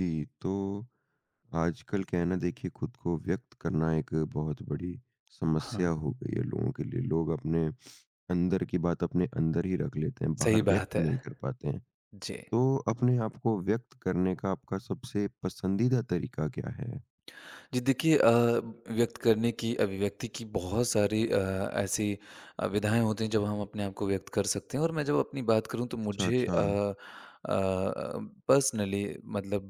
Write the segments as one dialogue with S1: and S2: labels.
S1: जी, तो आजकल क्या है ना देखिए खुद को व्यक्त करना एक बहुत बड़ी समस्या
S2: हाँ,
S1: हो गई है लोगों के लिए। लोग अपने अंदर की बात अपने अंदर ही रख लेते हैं,
S2: सही
S1: बाहर
S2: बात
S1: व्यक्त
S2: है।
S1: नहीं कर पाते हैं।
S2: जी।
S1: तो अपने आप को व्यक्त करने का आपका सबसे पसंदीदा तरीका क्या है?
S2: जी देखिए व्यक्त करने की अभिव्यक्ति की बहुत सारी ऐसी विधाएँ होती हैं जब हम अपने आप को व्यक्त कर सकते हैं, और मैं जब अपनी बात करूँ तो
S1: अच्छा,
S2: मुझे
S1: अच्छा।
S2: अ, पर्सनली मतलब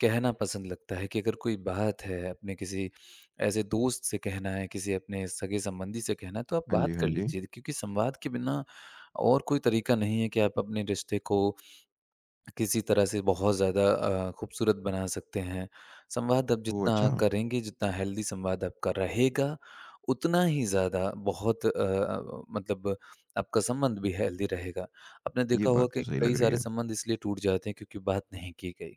S2: कहना पसंद लगता है कि अगर कोई बात है, अपने किसी ऐसे दोस्त से कहना है, किसी अपने सगे-संबंधी से कहना है, तो आप
S1: हाँ
S2: बात
S1: जी, हाँ
S2: कर
S1: जी।
S2: लीजिए, क्योंकि संवाद के बिना और कोई तरीका नहीं है कि आप अपने रिश्ते को किसी तरह से बहुत ज़्यादा खूबसूरत बना सकते हैं। संवाद आप
S1: ओह!
S2: जितना
S1: अच्छा,
S2: करेंगे, जितना हेल्दी संवाद आपका रहेगा, उतना ही ज़्यादा बहुत मतलब आपका संबंध भी हेल्दी रहेगा। आपने
S1: ये
S2: देखा होगा
S1: बात तो
S2: कि
S1: सही लग
S2: कई
S1: रही
S2: सारे
S1: है।
S2: संबंध इसलिए टूट जाते हैं क्योंकि बात नहीं की गई।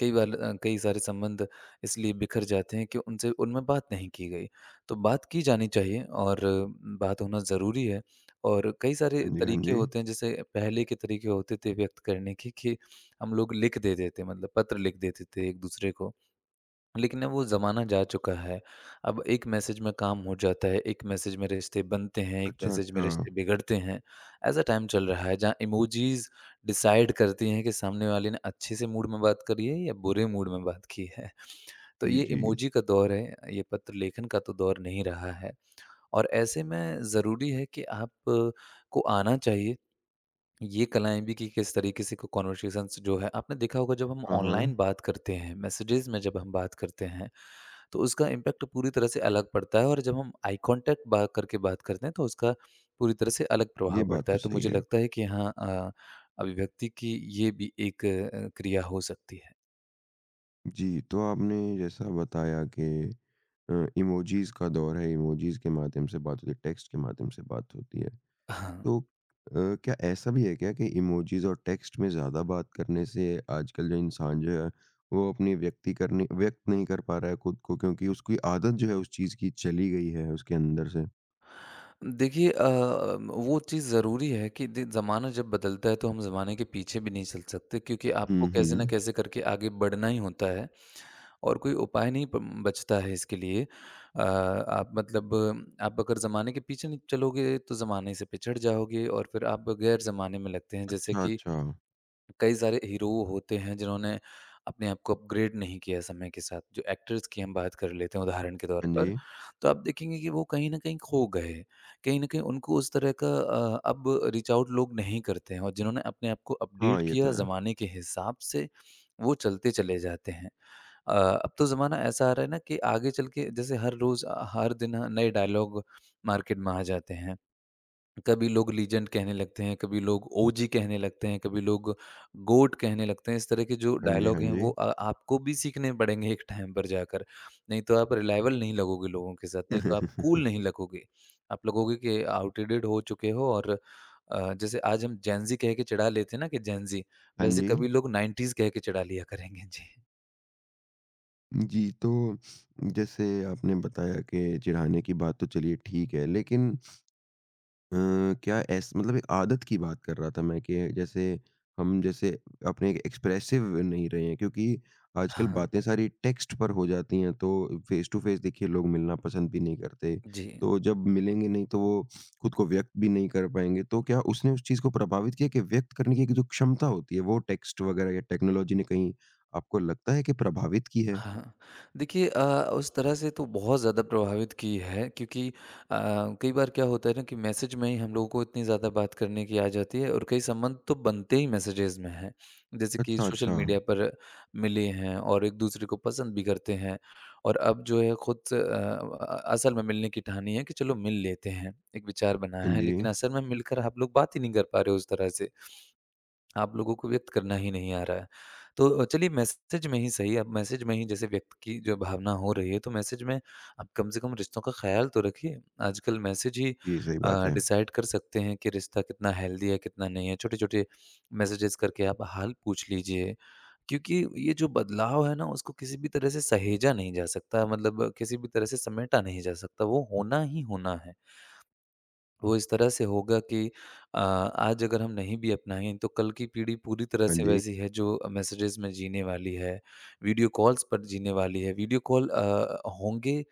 S2: कई बार कई सारे संबंध इसलिए बिखर जाते हैं कि उनसे उनमें बात नहीं की गई। तो बात की जानी चाहिए, और बात होना ज़रूरी है, और कई सारे
S1: हाँ जी, हाँ
S2: तरीके
S1: जी।
S2: होते हैं, जैसे पहले के तरीके होते थे व्यक्त करने के कि हम लोग लिख देते थे, मतलब पत्र लिख देते थे एक दूसरे को, लेकिन अब वो ज़माना जा चुका है। अब एक मैसेज में काम हो जाता है, एक मैसेज में रिश्ते बनते हैं, एक
S1: अच्छा,
S2: मैसेज में
S1: अच्छा।
S2: रिश्ते बिगड़ते हैं। ऐसा टाइम चल रहा है जहाँ इमोजीज़ डिसाइड करती हैं कि सामने वाले ने अच्छे से मूड में बात करी है या बुरे मूड में बात की है। तो
S1: जी,
S2: ये
S1: जी।
S2: इमोजी का दौर है, ये पत्र लेखन का तो दौर नहीं रहा है, और ऐसे में ज़रूरी है कि आप को आना चाहिए ये कलाएँ भी कि किस तरीके से को कन्वर्सेशंस जो है, आपने देखा होगा जब हम
S1: हाँ,
S2: ऑनलाइन
S1: हाँ।
S2: बात करते हैं, मैसेजेस में जब हम बात करते हैं, तो उसका इम्पैक्ट पूरी तरह से अलग पड़ता है, और जब हम आई कॉन्टैक्ट बा करके बात करते हैं, तो उसका पूरी तरह से अलग
S1: ये
S2: प्रभाव
S1: बात
S2: पड़ता
S1: तो
S2: है। तो
S1: सही
S2: मुझे
S1: है।
S2: लगता है कि हाँ, अभिव्यक्ति की ये भी एक क्रिया हो सकती है।
S1: जी, तो आपने जैसा बताया कि इमोजीज़ का दौर है, इमोजीज़ के माध्यम से बात होती है, टेक्स्ट के माध्यम से बात होती है।
S2: हाँ,
S1: तो क्या ऐसा भी है क्या कि इमोजीज़ और टेक्स्ट में ज़्यादा बात करने से आजकल जो इंसान जो है, वो अपनी व्यक्त नहीं कर पा रहा है खुद को, क्योंकि उसकी आदत जो है उस चीज़ की चली गई है उसके अंदर से?
S2: देखिए वो चीज़ ज़रूरी है कि दे ज़माना जब बदलता है, तो हम ज़माने के पीछे भी नहीं चल सकते, क्योंकि आपको
S1: हुँ,
S2: कैसे न
S1: हुँ।
S2: कैसे करके आगे बढ़ना ही होता है, और कोई उपाय नहीं प बचता है इसके लिए। आप मतलब आप अगर ज़माने के पीछे नहीं चलोगे तो ज़माने से पिछड़ जाओगे, और फिर आप गैर ज़माने में लगते हैं। जैसे
S1: अच्छा,
S2: कि
S1: अच्छा।
S2: कई सारे हीरो होते हैं जिन्होंने अपने आप को अपग्रेड नहीं किया समय के साथ। जो एक्टर्स की हम बात कर लेते हैं उदाहरण के तौर
S1: हाँ
S2: पर,
S1: जी।
S2: तो आप देखेंगे कि वो कहीं न कहीं खो गए। कहीं न कहीं उनको उस तरह का अब रीच आउट लोग नहीं करते हैं, और जिन्होंने अपने आप को
S1: हाँ,
S2: अपडेट
S1: ये तो
S2: किया
S1: है।
S2: ज़माने के हिसाब से, वो चलते चले जाते हैं। अब तो ज़माना ऐसा आ रहा है ना कि आगे चल के जैसे हर रोज़ हर दिन नए डायलॉग मार्केट में आ जाते हैं। कभी लोग लीजेंड कहने लगते हैं, कभी लोग ओजी कहने लगते हैं, कभी लोग गोट कहने लगते हैं। इस तरह के जो
S1: हाँ जी, हाँ
S2: डायलॉग हैं,
S1: जी।
S2: वो आपको भी सीखने पड़ेंगे एक टाइम पर जाकर, नहीं तो आप रिलायबल नहीं लगोगे लोगों के साथ, नहीं तो आप कूल नहीं लगोगे, आप लगोगे कि आउटडेटेड हो चुके हो, और जैसे आज हम जैनजी कह के चिढ़ा लेते हैं ना कि जैनजी,
S1: हाँ
S2: वैसे
S1: जी।
S2: कभी लोग नाइन्टीज कह के चिढ़ा लिया करेंगे जी।
S1: जी, तो जैसे आपने बताया कि चिढ़ाने की बात तो चलिए ठीक है, लेकिन अ, क्या ऐस मतलब एक आदत की बात कर रहा था मैं कि जैसे हम जैसे अपने एक्सप्रेसिव नहीं रहे हैं क्योंकि आजकल
S2: हाँ
S1: बातें सारी टेक्स्ट पर हो जाती हैं, तो फेस टू फेस देखिए लोग मिलना पसंद भी नहीं करते।
S2: जी।
S1: तो जब मिलेंगे नहीं तो वो खुद को व्यक्त भी नहीं कर पाएंगे। तो क्या उसने उस चीज़ को प्रभावित किया कि व्यक्त करने की एक जो क्षमता होती है वो टेक्स्ट वगैरह या टेक्नोलॉजी ने कहीं आपको लगता है कि प्रभावित की है?
S2: हाँ, देखिए उस तरह से तो बहुत ज़्यादा प्रभावित की है, क्योंकि कई बार क्या होता है ना कि मैसेज में ही हम लोगों को इतनी ज़्यादा बात करने की आ जाती है, और कई संबंध तो बनते ही मैसेजेस में हैं। जैसे कि
S1: अच्छा,
S2: सोशल
S1: अच्छा।
S2: मीडिया पर मिले हैं और एक दूसरे को पसंद भी करते हैं, और अब जो है खुद से असल में मिलने की ठानी है कि चलो मिल लेते हैं, एक विचार बना
S1: हाँ
S2: है,
S1: जी।
S2: लेकिन असल में मिलकर आप लोग बात ही नहीं कर पा रहे हो उस तरह से। आप लोगों को व्यक्त करना ही नहीं आ रहा है। तो चलिए मैसेज में ही सही, अब मैसेज में ही जैसे व्यक्त की जो भावना हो रही है, तो मैसेज में आप कम से कम रिश्तों का ख़्याल तो रखिए। आजकल मैसेज ही
S1: ये सही बात है।
S2: डिसाइड कर सकते हैं कि रिश्ता कितना हेल्दी है, कितना नहीं है। छोटे-छोटे मैसेजेस करके आप हाल पूछ लीजिए, क्योंकि ये जो बदलाव है ना, उसको किसी भी तरह से सहेजा नहीं जा सकता, मतलब किसी भी तरह से समेटा नहीं जा सकता, वो होना ही होना है। वो इस तरह से होगा कि आज अगर हम नहीं भी अपनाएँ तो कल की पीढ़ी पूरी तरह
S1: हाँ
S2: से
S1: जी,
S2: वैसी है जो मैसेजेस में जीने वाली है, वीडियो कॉल्स पर जीने वाली है। वीडियो कॉल होंगे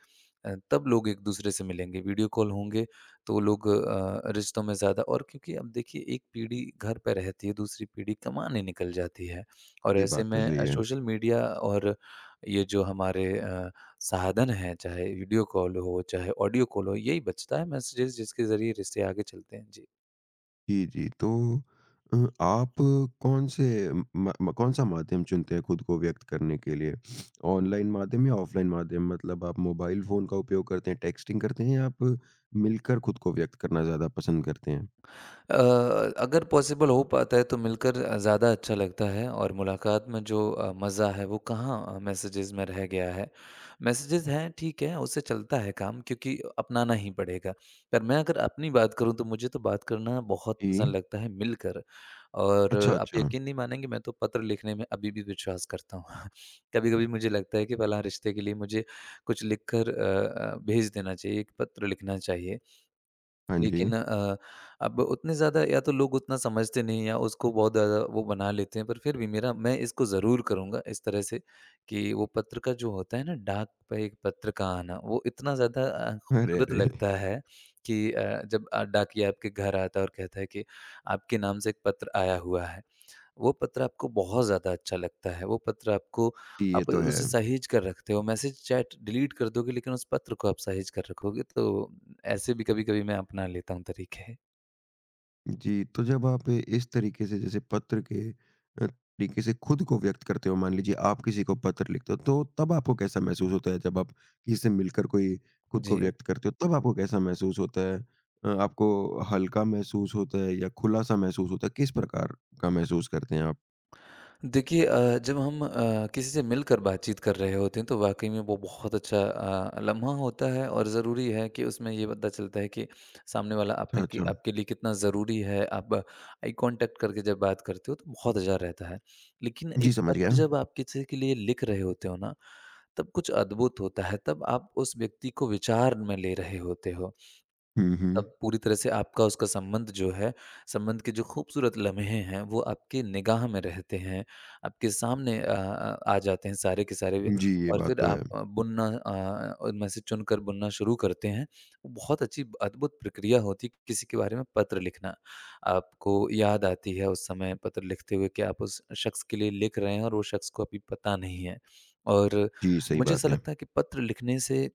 S2: तब लोग एक-दूसरे से मिलेंगे, वीडियो कॉल होंगे, तो लोग रिश्तों में ज़्यादा, और क्योंकि अब देखिए एक पीढ़ी घर पे रहती है, दूसरी पीढ़ी कमाने निकल जाती है, और
S1: ये
S2: ऐसे
S1: बात तो
S2: में
S1: सही है।
S2: सोशल मीडिया और ये जो हमारे साधन है, चाहे वीडियो कॉल हो, चाहे ऑडियो कॉल हो, यही बचता है मैसेजेस जिसके ज़रिए रिश्ते आगे चलते हैं। जी।
S1: जी, जी। तो अ, आप कौन से म म कौन-सा माध्यम चुनते हैं खुद को व्यक्त करने के लिए? ऑनलाइन माध्यम या ऑफ़लाइन माध्यम? मतलब आप मोबाइल फ़ोन का उपयोग करते हैं, टेक्स्टिंग करते हैं या आप मिलकर खुद को व्यक्त करना ज़्यादा पसंद करते हैं?
S2: अ, अगर पॉसिबल हो पाता है तो मिलकर ज़्यादा अच्छा लगता है, और मुलाकात में जो मज़ा है वो कहाँ मैसेजेस में रह गया है। मैसेजेस हैं ठीक है, उससे चलता है काम क्योंकि अपनाना ही पड़ेगा। पर मैं अगर अपनी बात करूँ तो मुझे तो बात करना बहुत
S1: जी।
S2: पसंद लगता है मिलकर, और
S1: अच्छा,
S2: आप
S1: अच्छा।
S2: यकीन नहीं मानेंगे मैं तो पत्र लिखने में अभी भी विश्वास करता हूँ। कभी-कभी मुझे लगता है कि फ़लाँ रिश्ते के लिए मुझे कुछ लिखकर भेज देना चाहिए, एक पत्र लिखना चाहिए।
S1: हाँ जी।
S2: लेकिन अब उतने ज़्यादा या तो लोग उतना समझते नहीं, या उसको बहुत ज़्यादा वो बना लेते हैं, पर फिर भी मेरा मैं इसको ज़रूर करूँगा इस तरह से कि वो पत्र का जो होता है ना, डाक पे एक पत्र का आना, वो इतना ज़्यादा
S1: अरे,
S2: खूबसूरत
S1: अरे!
S2: लगता है कि जब डाकिया आपके घर आता है और कहता है कि आपके नाम से एक पत्र आया हुआ है। वो पत्र आपको बहुत ज़्यादा अच्छा लगता है, वो पत्र आपको,
S1: जी, ये
S2: आप
S1: तो है।
S2: उसे सहेज कर रखते हो, मैसेज चैट डिलीट कर दोगे लेकिन उस पत्र को आप सहेज कर रखोगे, तो ऐसे भी कभी-कभी मैं अपना लेता हूँ तरीके।
S1: जी, तो जब आप इस तरीके से, जैसे पत्र के तरीके से खुद को व्यक्त करते हो, मान लीजिए आप किसी को पत्र लिखते हो, तो तब आपको कैसा महसूस होता है? जब आप किसी से मिलकर कोई खुद को
S2: जी।
S1: व्यक्त करते हो, तब आपको कैसा महसूस होता है? आपको हल्का महसूस होता है या खुला-सा महसूस होता है? किस प्रकार का महसूस करते हैं आप?
S2: देखिए जब हम किसी से मिलकर बातचीत कर रहे होते हैं तो वाकई में वो बहुत अच्छा लम्हा होता है, और ज़रूरी है कि उसमें ये पता चलता है कि सामने वाला
S1: अच्छा,
S2: आपने कि
S1: अच्छा।
S2: आपके लिए कितना ज़रूरी है, आप आई कांटेक्ट करके जब बात करते हो तो बहुत अच्छा रहता है। लेकिन
S1: जी,
S2: एक
S1: समझ गया।
S2: पत्र जब आप किसी के लिए लिख रहे होते हो ना, तब कुछ अद्भुत होता है, तब आप उस व्यक्ति को विचार में ले रहे होते हो।
S1: हुँ, हुँ।
S2: तब पूरी तरह से आपका उसका संबंध जो है, संबंध के जो खूबसूरत लम्हे हैं, वो आपकी निगाह में रहते हैं, आपके सामने आ जाते हैं सारे के सारे,
S1: जी, ये
S2: और
S1: बात
S2: फिर
S1: तो
S2: आप
S1: है।
S2: उनमें से चुनकर बुनना शुरू करते हैं। वो बहुत अच्छी अद्भुत प्रक्रिया होती है किसी के बारे में पत्र लिखना। आपको याद आती है उस समय पत्र लिखते हुए कि आप उस शख्स के लिए लिख रहे हैं और वो शख्स को अभी पता नहीं है। और
S1: जी, सही
S2: मुझे
S1: बात
S2: ऐसा
S1: है।
S2: लगता है कि पत्र लिखने से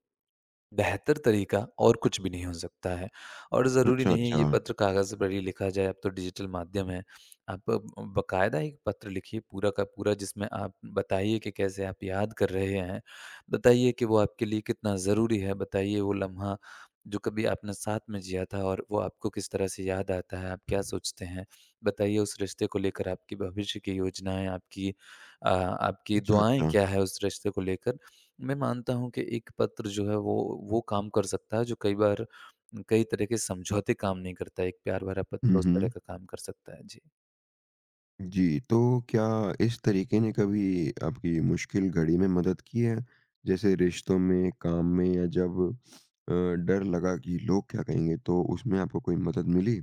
S2: बेहतर तरीका और कुछ भी नहीं हो सकता है, और ज़रूरी
S1: अच्छा,
S2: नहीं
S1: अच्छा।
S2: ये पत्र कागज़ पर ही लिखा जाए, अब तो डिजिटल माध्यम है। आप बाकायदा एक पत्र लिखिए पूरा का पूरा जिसमें आप बताइए कि कैसे आप याद कर रहे हैं, बताइए कि वो आपके लिए कितना ज़रूरी है, बताइए वो लम्हा जो कभी आपने साथ में जिया था और वो आपको किस तरह से याद आता है, आप क्या सोचते हैं? बताइए उस रिश्ते को लेकर आपकी भविष्य की योजनाएँ, आपकी
S1: अच्छा,
S2: दुआएँ
S1: अच्छा।
S2: क्या है उस रिश्ते को लेकर? मैं मानता हूँ कि एक पत्र जो है वो काम कर सकता है जो कई बार कई तरह के समझौते काम नहीं करता है। एक प्यार भरा पत्र
S1: हुँ,
S2: उस तरह
S1: हुँ।
S2: का काम कर सकता है। जी।
S1: जी, तो क्या इस तरीके ने कभी आपकी मुश्किल घड़ी में मदद की है? जैसे रिश्तों में, काम में, या जब अ, डर लगा कि लोग क्या कहेंगे, तो उसमें आपको कोई मदद मिली?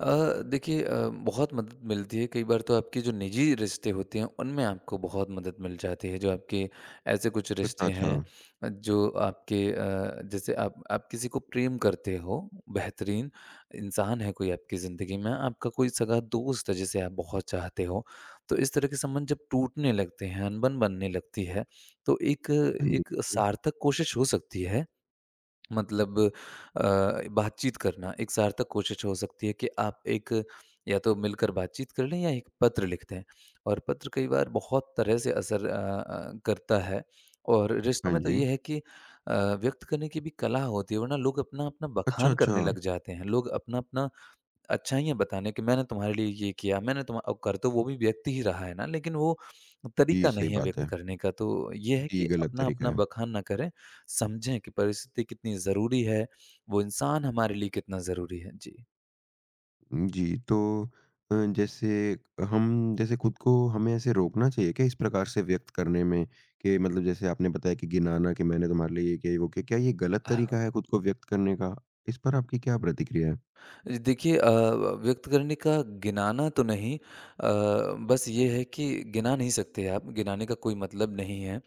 S2: देखिए, बहुत मदद मिलती है कई बार। तो आपके जो निजी रिश्ते होते हैं उनमें आपको बहुत मदद मिल जाती है। जो आपके ऐसे कुछ
S1: अच्छा,
S2: रिश्ते
S1: अच्छा।
S2: हैं जो आपके, जैसे आप किसी को प्रेम करते हो, बेहतरीन इंसान है कोई आपकी ज़िंदगी में, आपका कोई सगा दोस्त है जिसे आप बहुत चाहते हो, तो इस तरह के संबंध जब टूटने लगते हैं, अनबन बनने लगती है, तो एक
S1: हाँ जी,
S2: एक
S1: जी।
S2: सार्थक कोशिश हो सकती है। मतलब, बातचीत करना एक सार्थक कोशिश हो सकती है कि आप एक, या तो मिलकर बातचीत कर लें या एक पत्र लिख दें। और पत्र कई बार बहुत तरह से असर करता है। और रिश्तों
S1: हाँ
S2: में तो
S1: जी।
S2: ये है कि व्यक्त करने की भी कला होती है, वरना लोग अपना अपना
S1: अच्छा,
S2: बखान
S1: अच्छा।
S2: करने लग जाते हैं। लोग अपना अपना अच्छाइयाँ बताने कि मैंने तुम्हारे लिए ये किया, मैंने तुम अब कर, तो वो भी व्यक्ति ही रहा है ना, लेकिन वो
S1: जी,
S2: तरीका
S1: सही
S2: नहीं है
S1: बात
S2: व्यक्त
S1: है।
S2: करने का। तो ये है
S1: ये
S2: कि
S1: गलत तरीका
S2: अपना-अपना
S1: है।
S2: बखान ना करें, समझें कि परिस्थिति कितनी ज़रूरी है, वो इंसान हमारे लिए कितना ज़रूरी है। जी।
S1: जी, तो जैसे हम, जैसे खुद को हमें ऐसे रोकना चाहिए क्या इस प्रकार से व्यक्त करने में, कि मतलब जैसे आपने बताया कि गिनाना कि मैंने तुम्हारे लिए ये किया, ये वो किया, क्या ये गलत तरीका है खुद को व्यक्त करने का? इस पर आपकी क्या प्रतिक्रिया है?
S2: जी, देखिए, व्यक्त करने का गिनाना तो नहीं। बस ये है कि गिना नहीं सकते आप, गिनाने का कोई मतलब नहीं है।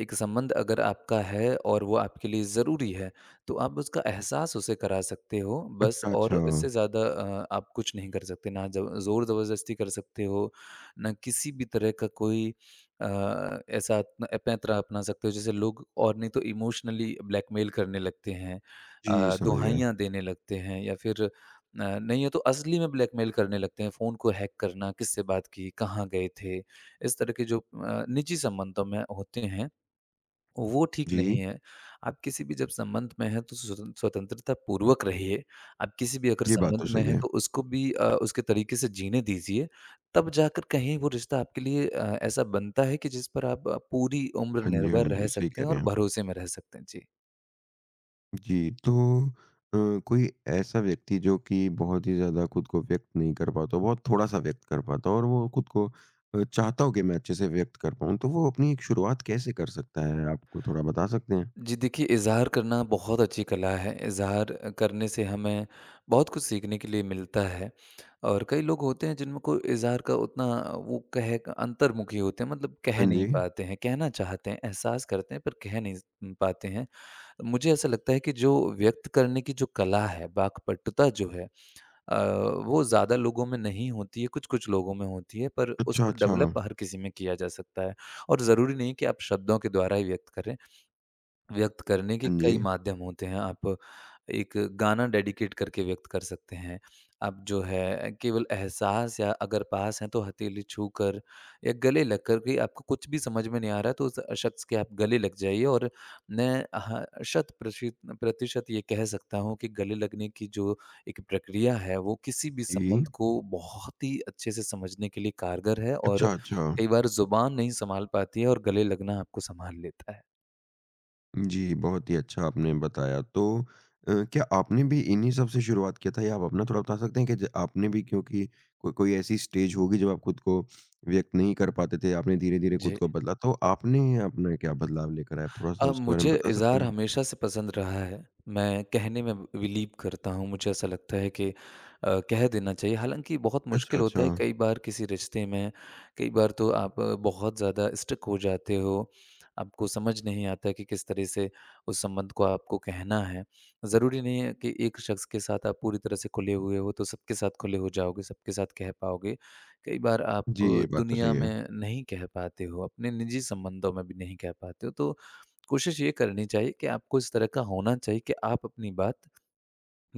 S2: एक संबंध अगर आपका है और वो आपके लिए ज़रूरी है, तो आप उसका एहसास उसे करा सकते हो, बस।
S1: अच्छा, अच्छा।
S2: और इससे ज़्यादा आप कुछ नहीं कर सकते। ना ज़ब ज़ोर ज़बरदस्ती कर सकते हो, ना किसी भी तरह का कोई ऐसा अपना पैंतरा अपना सकते हो, जैसे लोग, और नहीं तो इमोशनली ब्लैकमेल करने लगते हैं,
S1: जी, समझ गया।
S2: दुहाइयाँ देने लगते हैं, या फिर नहीं, ये तो असली में ब्लैकमेल करने लगते हैं, फ़ोन को हैक करना, किससे बात की, कहाँ गए थे, इस तरह के जो निजी संबंधों में होते हैं, वो ठीक नहीं
S1: जी,
S2: है। आप किसी भी जब संबंध में हैं, तो स्वतन स्वतंत्रता पूर्वक रहिए। आप किसी भी अगर
S1: ये बात तो
S2: संबंध में
S1: सही
S2: हैं,
S1: है।
S2: तो उसको भी उसके तरीके से जीने दीजिए। तब जाकर कहीं वो रिश्ता आपके लिए ऐसा बनता है कि जिस पर आप पूरी उम्र
S1: हाँ जी, हाँ
S2: निर्भर
S1: जी,
S2: रह
S1: सही
S2: सकते
S1: कह
S2: हैं
S1: रहे
S2: और
S1: हैं आप।
S2: भरोसे में रह सकते हैं। जी।
S1: जी, तो अ, कोई ऐसा व्यक्ति जो कि बहुत ही ज़्यादा खुद को व्यक्त नहीं कर पाता हो, बहुत थोड़ा-सा व्यक्त कर पाता हो और वो खुद को चाहता हो कि मैं अच्छे से व्यक्त कर पाऊँ, तो वो अपनी एक शुरुआत कैसे कर सकता है? आपको थोड़ा बता सकते हैं?
S2: जी, देखिए, इज़हार करना बहुत अच्छी कला है। इज़हार करने से हमें बहुत कुछ सीखने के लिए मिलता है। और कई लोग होते हैं जिनको इज़हार का उतना, वो कह अंतर्मुखी होते हैं, मतलब कह
S1: हाँ
S2: नहीं
S1: जी।
S2: पाते हैं, कहना चाहते हैं, एहसास करते हैं पर कह नहीं स पाते हैं। मुझे ऐसा लगता है कि जो व्यक्त करने की जो कला है, वाक्पटुता जो है, अ, वो ज़्यादा लोगों में नहीं होती है, कुछ-कुछ लोगों में होती है, पर
S1: अच्छा,
S2: उसको
S1: अच्छा।
S2: डेवलप हर किसी में किया जा सकता है। और ज़रूरी नहीं कि आप शब्दों के द्वारा ही व्यक्त करें। व्यक्त करने के
S1: हाँ जी।
S2: कई माध्यम होते हैं। आप एक गाना डेडिकेट करके व्यक्त कर सकते हैं। आप जो है केवल एहसास, या अगर पास हैं तो हथेली छूकर या गले लग कर के, आपको कुछ भी समझ में नहीं आ रहा है तो उस शख्स के आप गले लग जाइए। और मैं ह शत प्रशित प्रतिशत ये कह सकता हूँ कि गले लगने की जो एक प्रक्रिया है, वो किसी भी
S1: जी।
S2: संबंध को बहुत ही अच्छे से समझने के लिए कारगर है। और
S1: अच्छा, अच्छा।
S2: कई बार ज़ुबान नहीं सँभाल पाती है और गले लगना आपको सँभाल लेता है।
S1: जी, बहुत ही अच्छा आपने बताया। तो क्या आपने भी इन्हीं सब से शुरुआत किया था या आप अपना थोड़ा बता सकते हैं, कि ज आपने भी, क्योंकि को कोई ऐसी स्टेज होगी जब आप खुद को व्यक्त नहीं कर पाते थे, आपने धीरे-धीरे खुद
S2: जी।
S1: को बदला, तो आपने अपना क्या बदलाव लेकर आए? आप थोड़ा-सा उसके बारे में
S2: मुझे
S1: बता सकते
S2: इज़हार
S1: हैं?
S2: हमेशा से पसंद रहा है। मैं कहने में बिलीव करता हूँ, मुझे ऐसा लगता है कि कह देना चाहिए। हालाँकि बहुत
S1: अच्छा,
S2: मुश्किल होता
S1: अच्छा।
S2: है कई बार किसी रिश्ते में, कई बार तो आप बहुत ज़्यादा स्टक हो जाते हो। आपको समझ नहीं आता कि किस तरह से उस संबंध को आपको कहना है। ज़रूरी नहीं है कि एक शख्स के साथ आप पूरी तरह से खुले हुए हो, तो सबके साथ खुले हो जाओगे, सबके साथ कह पाओगे। कई बार आप
S1: जी, ये बात तो सही
S2: दुनिया
S1: है।
S2: में नहीं कह पाते हो, अपने निजी संबंधों में भी नहीं कह पाते हो, तो कोशिश ये करनी चाहिए कि आपको इस तरह का होना चाहिए कि आप अपनी बात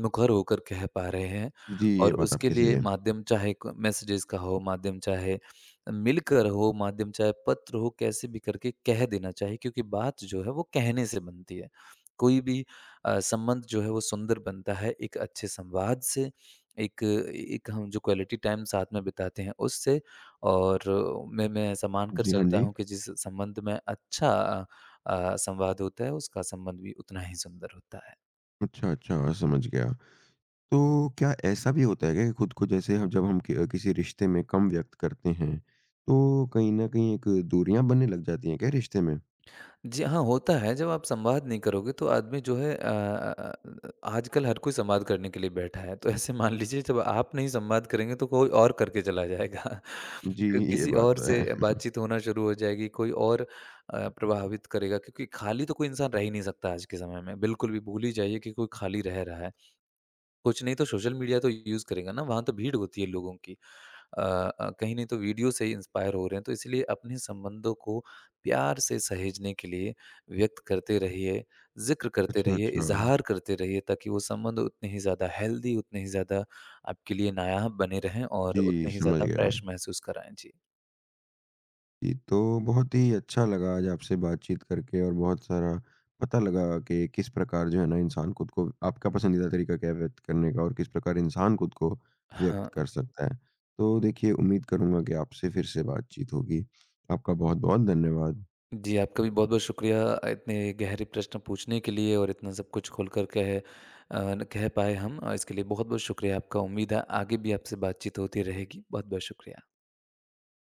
S2: मुखर होकर कह पा रहे हैं।
S1: जी, ये
S2: और
S1: बात
S2: उसके
S1: आपकी सही
S2: लिए
S1: है।
S2: माध्यम चाहे क मैसेजेस का हो, माध्यम चाहे मिलकर हो, माध्यम चाहे पत्र हो, कैसे भी करके कह देना चाहिए, क्योंकि बात जो है वो कहने से बनती है। कोई भी संबंध जो है वो सुंदर बनता है एक अच्छे संवाद से, एक एक हम जो क्वालिटी टाइम साथ में बिताते हैं उससे। और मैं ऐसा मानकर
S1: जी, हाँ
S2: चलता
S1: जी।
S2: हूँ कि जिस संबंध में अच्छा संवाद होता है उसका संबंध भी उतना ही सुंदर होता है।
S1: अच्छा, अच्छा, समझ गया। तो क्या ऐसा भी होता है क्या कि खुद को, जैसे हम जब हम किसी रिश्ते में कम व्यक्त करते हैं, तो कहीं ना कहीं एक दूरियां बनने लग जाती हैं क्या रिश्ते में?
S2: जी हाँ, होता है। जब आप संवाद नहीं करोगे तो आदमी जो है, आजकल हर कोई संवाद करने के लिए बैठा है। तो ऐसे मान लीजिए, जब आप नहीं संवाद करेंगे तो कोई और करके चला जाएगा।
S1: जी,
S2: क
S1: ये
S2: किसी
S1: बात
S2: और
S1: तो है।
S2: से बातचीत होना शुरू हो जाएगी, कोई और प्रभावित करेगा, क्योंकि खाली तो कोई इंसान रह ही नहीं सकता आज के समय में। बिल्कुल भी भूल ही जाइए कि कोई खाली रह रहा है। कुछ नहीं तो सोशल मीडिया तो यूज़ करेगा ना, वहाँ तो भीड़ होती है लोगों की। अ कहीं नहीं तो वीडियो से ही इंस्पायर हो रहे हैं, तो इसलिए अपने संबंधों को प्यार से सहेजने के लिए व्यक्त करते रहिए, ज़िक्र करते
S1: अच्छा,
S2: रहिए,
S1: अच्छा।
S2: इज़हार करते रहिए, ताकि वो संबंध उतने ही ज़्यादा हेल्दी, उतने ही ज़्यादा आपके लिए नायाब बने रहें, और
S1: जी,
S2: उतने ही
S1: समझ
S2: ज़्यादा
S1: गया।
S2: फ्रेश महसूस कराएँ। जी।
S1: जी, तो बहुत ही अच्छा लगा आज आपसे बातचीत करके, और बहुत सारा पता लगा कि किस प्रकार जो है ना इंसान खुद को, आपका पसंदीदा तरीका क्या है व्यक्त करने का, और किस प्रकार इंसान खुद को व्यक्त
S2: हाँ।
S1: कर सकता है। तो देखिए, उम्मीद करूंगा कि आपसे फिर से बातचीत होगी। आपका बहुत बहुत धन्यवाद।
S2: जी, आपका भी बहुत-बहुत शुक्रिया, इतने गहरे प्रश्न पूछने के लिए और इतना सब कुछ खोल कर कह अ, न कह पाए हम। इसके लिए बहुत-बहुत शुक्रिया आपका। उम्मीद है आगे भी आपसे बातचीत होती रहेगी। बहुत-बहुत शुक्रिया।